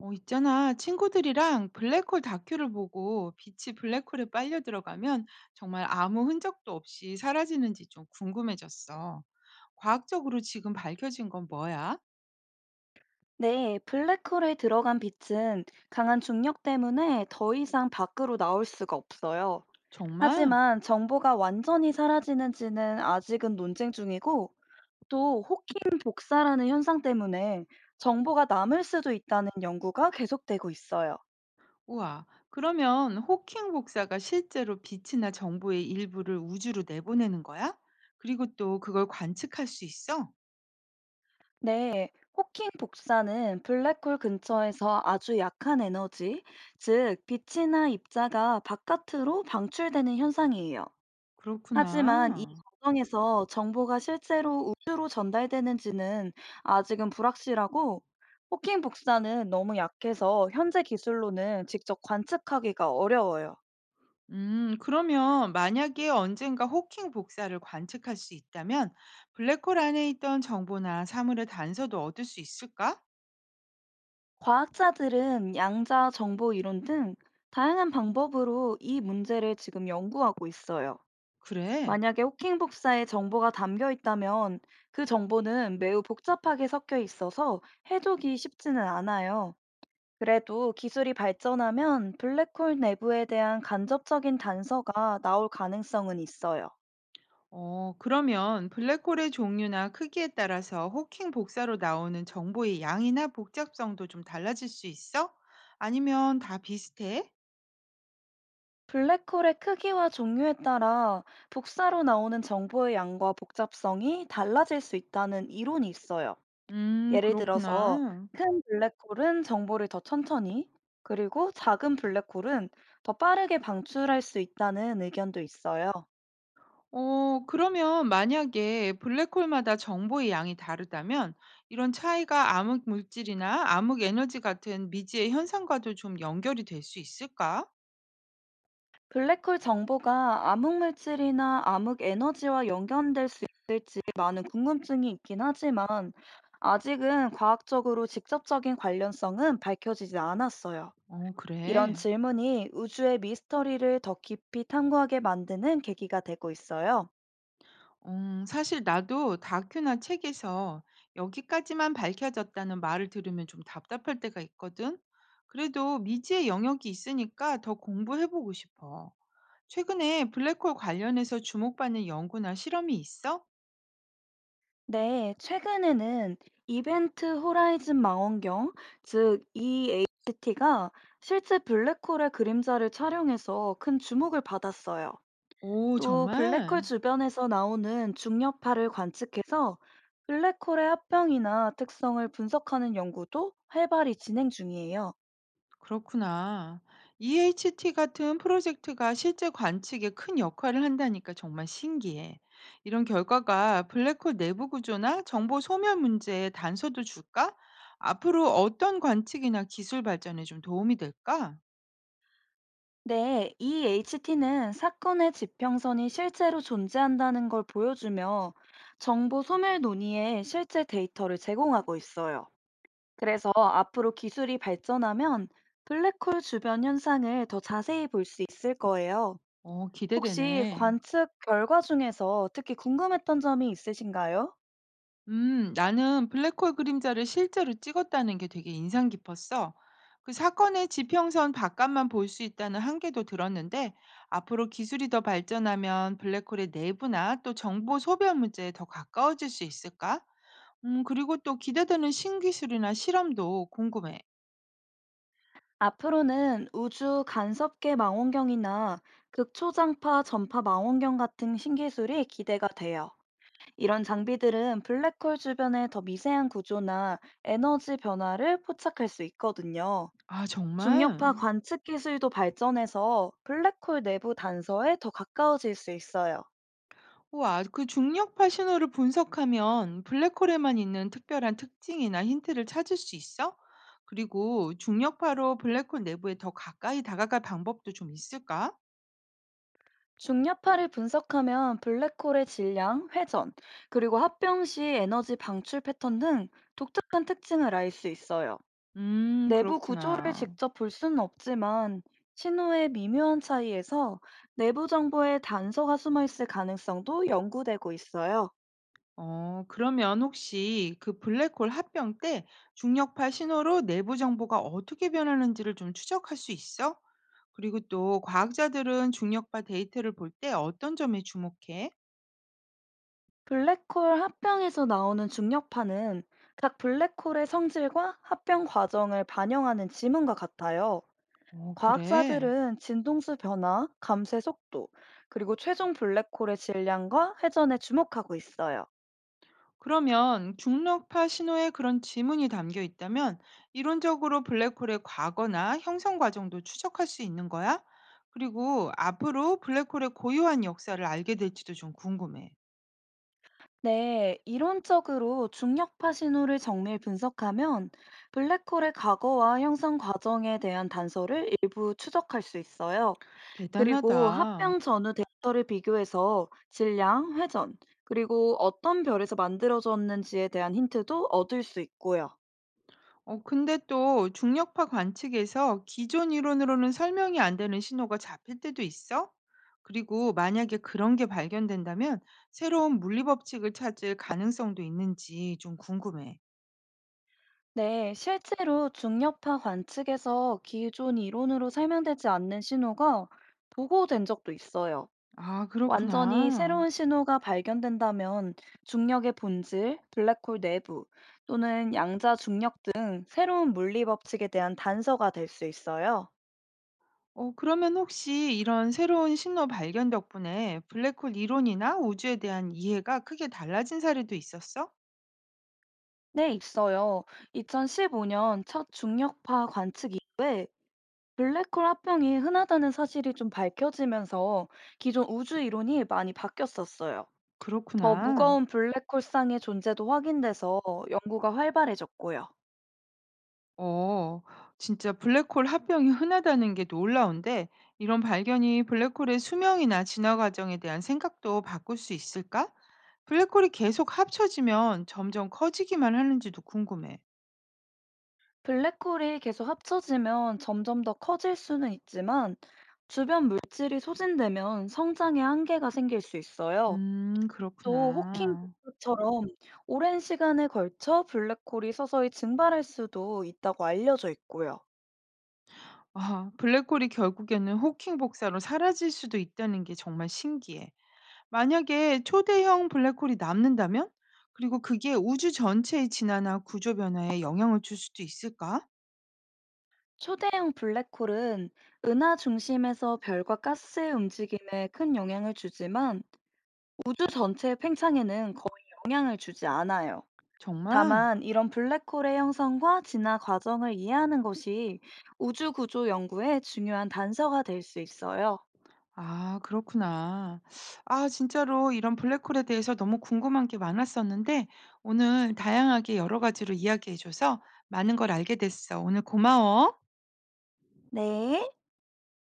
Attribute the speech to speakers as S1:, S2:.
S1: 어, 있잖아. 친구들이랑 블랙홀 다큐를 보고 빛이 블랙홀에 빨려 들어가면 정말 아무 흔적도 없이 사라지는지 좀 궁금해졌어. 과학적으로 지금 밝혀진 건 뭐야?
S2: 네, 블랙홀에 들어간 빛은 강한 중력 때문에 더 이상 밖으로 나올 수가 없어요.
S1: 정말?
S2: 하지만 정보가 완전히 사라지는지는 아직은 논쟁 중이고, 또 호킹 복사라는 현상 때문에 정보가 남을 수도 있다는 연구가 계속되고 있어요.
S1: 우와. 그러면 호킹 복사가 실제로 빛이나 정보의 일부를 우주로 내보내는 거야? 그리고 또 그걸 관측할 수 있어?
S2: 네, 호킹 복사는 블랙홀 근처에서 아주 약한 에너지, 즉 빛이나 입자가 바깥으로 방출되는 현상이에요.
S1: 그렇구나.
S2: 하지만 이 과정에서 정보가 실제로 우주로 전달되는지는 아직은 불확실하고, 호킹 복사는 너무 약해서 현재 기술로는 직접 관측하기가 어려워요.
S1: 그러면 만약에 언젠가 호킹 복사를 관측할 수 있다면 블랙홀 안에 있던 정보나 사물의 단서도 얻을 수 있을까?
S2: 과학자들은 양자 정보 이론 등 다양한 방법으로 이 문제를 지금 연구하고 있어요.
S1: 그래.
S2: 만약에 호킹 복사에 정보가 담겨 있다면 그 정보는 매우 복잡하게 섞여 있어서 해독이 쉽지는 않아요. 그래도 기술이 발전하면 블랙홀 내부에 대한 간접적인 단서가 나올 가능성은 있어요.
S1: 어, 그러면 블랙홀의 종류나 크기에 따라서 호킹 복사로 나오는 정보의 양이나 복잡성도 좀 달라질 수 있어? 아니면 다 비슷해?
S2: 블랙홀의 크기와 종류에 따라 복사로 나오는 정보의 양과 복잡성이 달라질 수 있다는 이론이 있어요. 예를 들어서
S1: 그렇구나.
S2: 큰 블랙홀은 정보를 더 천천히, 그리고 작은 블랙홀은 더 빠르게 방출할 수 있다는 의견도 있어요.
S1: 어, 그러면 만약에 블랙홀마다 정보의 양이 다르다면 이런 차이가 암흑 물질이나 암흑 에너지 같은 미지의 현상과도 좀 연결이 될 수 있을까?
S2: 블랙홀 정보가 암흑물질이나 암흑에너지와 연결될 수 있을지 많은 궁금증이 있긴 하지만 아직은 과학적으로 직접적인 관련성은 밝혀지지 않았어요.
S1: 어,
S2: 이런
S1: 그래.
S2: 질문이 우주의 미스터리를 더 깊이 탐구하게 만드는 계기가 되고 있어요.
S1: 사실 나도 다큐나 책에서 여기까지만 밝혀졌다는 말을 들으면 좀 답답할 때가 있거든. 그래도 미지의 영역이 있으니까 더 공부해보고 싶어. 최근에 블랙홀 관련해서 주목받는 연구나 실험이 있어?
S2: 네, 최근에는 이벤트 호라이즌 망원경, 즉 EHT가 실제 블랙홀의 그림자를 촬영해서 큰 주목을 받았어요.
S1: 오,
S2: 또 블랙홀
S1: 정말?
S2: 주변에서 나오는 중력파를 관측해서 블랙홀의 합병이나 특성을 분석하는 연구도 활발히 진행 중이에요.
S1: 그렇구나. EHT 같은 프로젝트가 실제 관측에 큰 역할을 한다니까 정말 신기해. 이런 결과가 블랙홀 내부 구조나 정보 소멸 문제에 단서도 줄까? 앞으로 어떤 관측이나 기술 발전에 좀 도움이 될까?
S2: 네, EHT는 사건의 지평선이 실제로 존재한다는 걸 보여주며 정보 소멸 논의에 실제 데이터를 제공하고 있어요. 그래서 앞으로 기술이 발전하면 블랙홀 주변 현상을 더 자세히 볼 수 있을 거예요.
S1: 어,
S2: 혹시
S1: 기대되네.
S2: 관측 결과 중에서 특히 궁금했던 점이 있으신가요?
S1: 나는 블랙홀 그림자를 실제로 찍었다는 게 되게 인상 깊었어. 그 사건의 지평선 바깥만 볼 수 있다는 한계도 들었는데, 앞으로 기술이 더 발전하면 블랙홀의 내부나 또 정보 소멸 문제에 더 가까워질 수 있을까? 그리고 또 기대되는 신기술이나 실험도 궁금해.
S2: 앞으로는 우주 간섭계 망원경이나 극초장파 전파 망원경 같은 신기술이 기대가 돼요. 이런 장비들은 블랙홀 주변의 더 미세한 구조나 에너지 변화를 포착할 수 있거든요.
S1: 아, 정말?
S2: 중력파 관측 기술도 발전해서 블랙홀 내부 단서에 더 가까워질 수 있어요.
S1: 우와, 그 중력파 신호를 분석하면 블랙홀에만 있는 특별한 특징이나 힌트를 찾을 수 있어? 그리고 중력파로 블랙홀 내부에 더 가까이 다가갈 방법도 좀 있을까?
S2: 중력파를 분석하면 블랙홀의 질량, 회전, 그리고 합병 시 에너지 방출 패턴 등 독특한 특징을 알 수 있어요. 내부 구조를
S1: 그렇구나.
S2: 직접 볼 수는 없지만 신호의 미묘한 차이에서 내부 정보의 단서가 숨어 있을 가능성도 연구되고 있어요.
S1: 어, 그러면 혹시 그 블랙홀 합병 때 중력파 신호로 내부 정보가 어떻게 변하는지를 좀 추적할 수 있어? 그리고 또 과학자들은 중력파 데이터를 볼 때 어떤 점에 주목해?
S2: 블랙홀 합병에서 나오는 중력파는 각 블랙홀의 성질과 합병 과정을 반영하는 지문과 같아요.
S1: 어, 그래.
S2: 과학자들은 진동수 변화, 감쇄 속도, 그리고 최종 블랙홀의 질량과 회전에 주목하고 있어요.
S1: 그러면 중력파 신호에 그런 지문이 담겨 있다면 이론적으로 블랙홀의 과거나 형성 과정도 추적할 수 있는 거야? 그리고 앞으로 블랙홀의 고유한 역사를 알게 될지도 좀 궁금해.
S2: 네, 이론적으로 중력파 신호를 정밀 분석하면 블랙홀의 과거와 형성 과정에 대한 단서를 일부 추적할 수 있어요.
S1: 대단하다.
S2: 그리고 합병 전후 데이터를 비교해서 질량, 회전, 그리고 어떤 별에서 만들어졌는지에 대한 힌트도 얻을 수 있고요.
S1: 어, 근데 또 중력파 관측에서 기존 이론으로는 설명이 안 되는 신호가 잡힐 때도 있어? 그리고 만약에 그런 게 발견된다면 새로운 물리 법칙을 찾을 가능성도 있는지 좀 궁금해.
S2: 네, 실제로 중력파 관측에서 기존 이론으로 설명되지 않는 신호가 보고된 적도 있어요.
S1: 아,
S2: 완전히
S1: 그렇구나.
S2: 새로운 신호가 발견된다면 중력의 본질, 블랙홀 내부 또는 양자 중력 등 새로운 물리 법칙에 대한 단서가 될 수 있어요.
S1: 어, 그러면 혹시 이런 새로운 신호 발견 덕분에 블랙홀 이론이나 우주에 대한 이해가 크게 달라진 사례도 있었어?
S2: 네, 있어요. 2015년 첫 중력파 관측 이후에 블랙홀 합병이 흔하다는 사실이 좀 밝혀지면서 기존 우주 이론이 많이 바뀌었었어요. 더
S1: 그렇구나.
S2: 무거운 블랙홀상의 존재도 확인돼서 연구가 활발해졌고요.
S1: 어, 진짜 블랙홀 합병이 흔하다는 게 놀라운데, 이런 발견이 블랙홀의 수명이나 진화 과정에 대한 생각도 바꿀 수 있을까? 블랙홀이 계속 합쳐지면 점점 커지기만 하는지도 궁금해.
S2: 블랙홀이 계속 합쳐지면 점점 더 커질 수는 있지만 주변 물질이 소진되면 성장에 한계가 생길 수 있어요. 또 호킹
S1: 그렇구나.
S2: 복사처럼 오랜 시간에 걸쳐 블랙홀이 서서히 증발할 수도 있다고 알려져 있고요.
S1: 아, 블랙홀이 결국에는 호킹 복사로 사라질 수도 있다는 게 정말 신기해. 만약에 초대형 블랙홀이 남는다면? 그리고 그게 우주 전체의 진화나 구조 변화에 영향을 줄 수도 있을까?
S2: 초대형 블랙홀은 은하 중심에서 별과 가스의 움직임에 큰 영향을 주지만 우주 전체의 팽창에는 거의 영향을 주지 않아요.
S1: 정말?
S2: 다만 이런 블랙홀의 형성과 진화 과정을 이해하는 것이 우주 구조 연구의 중요한 단서가 될 수 있어요.
S1: 아, 그렇구나. 아, 진짜로 이런 블랙홀에 대해서 너무 궁금한 게 많았었는데, 오늘 다양하게 여러 가지로 이야기해줘서 많은 걸 알게 됐어. 오늘 고마워.
S2: 네.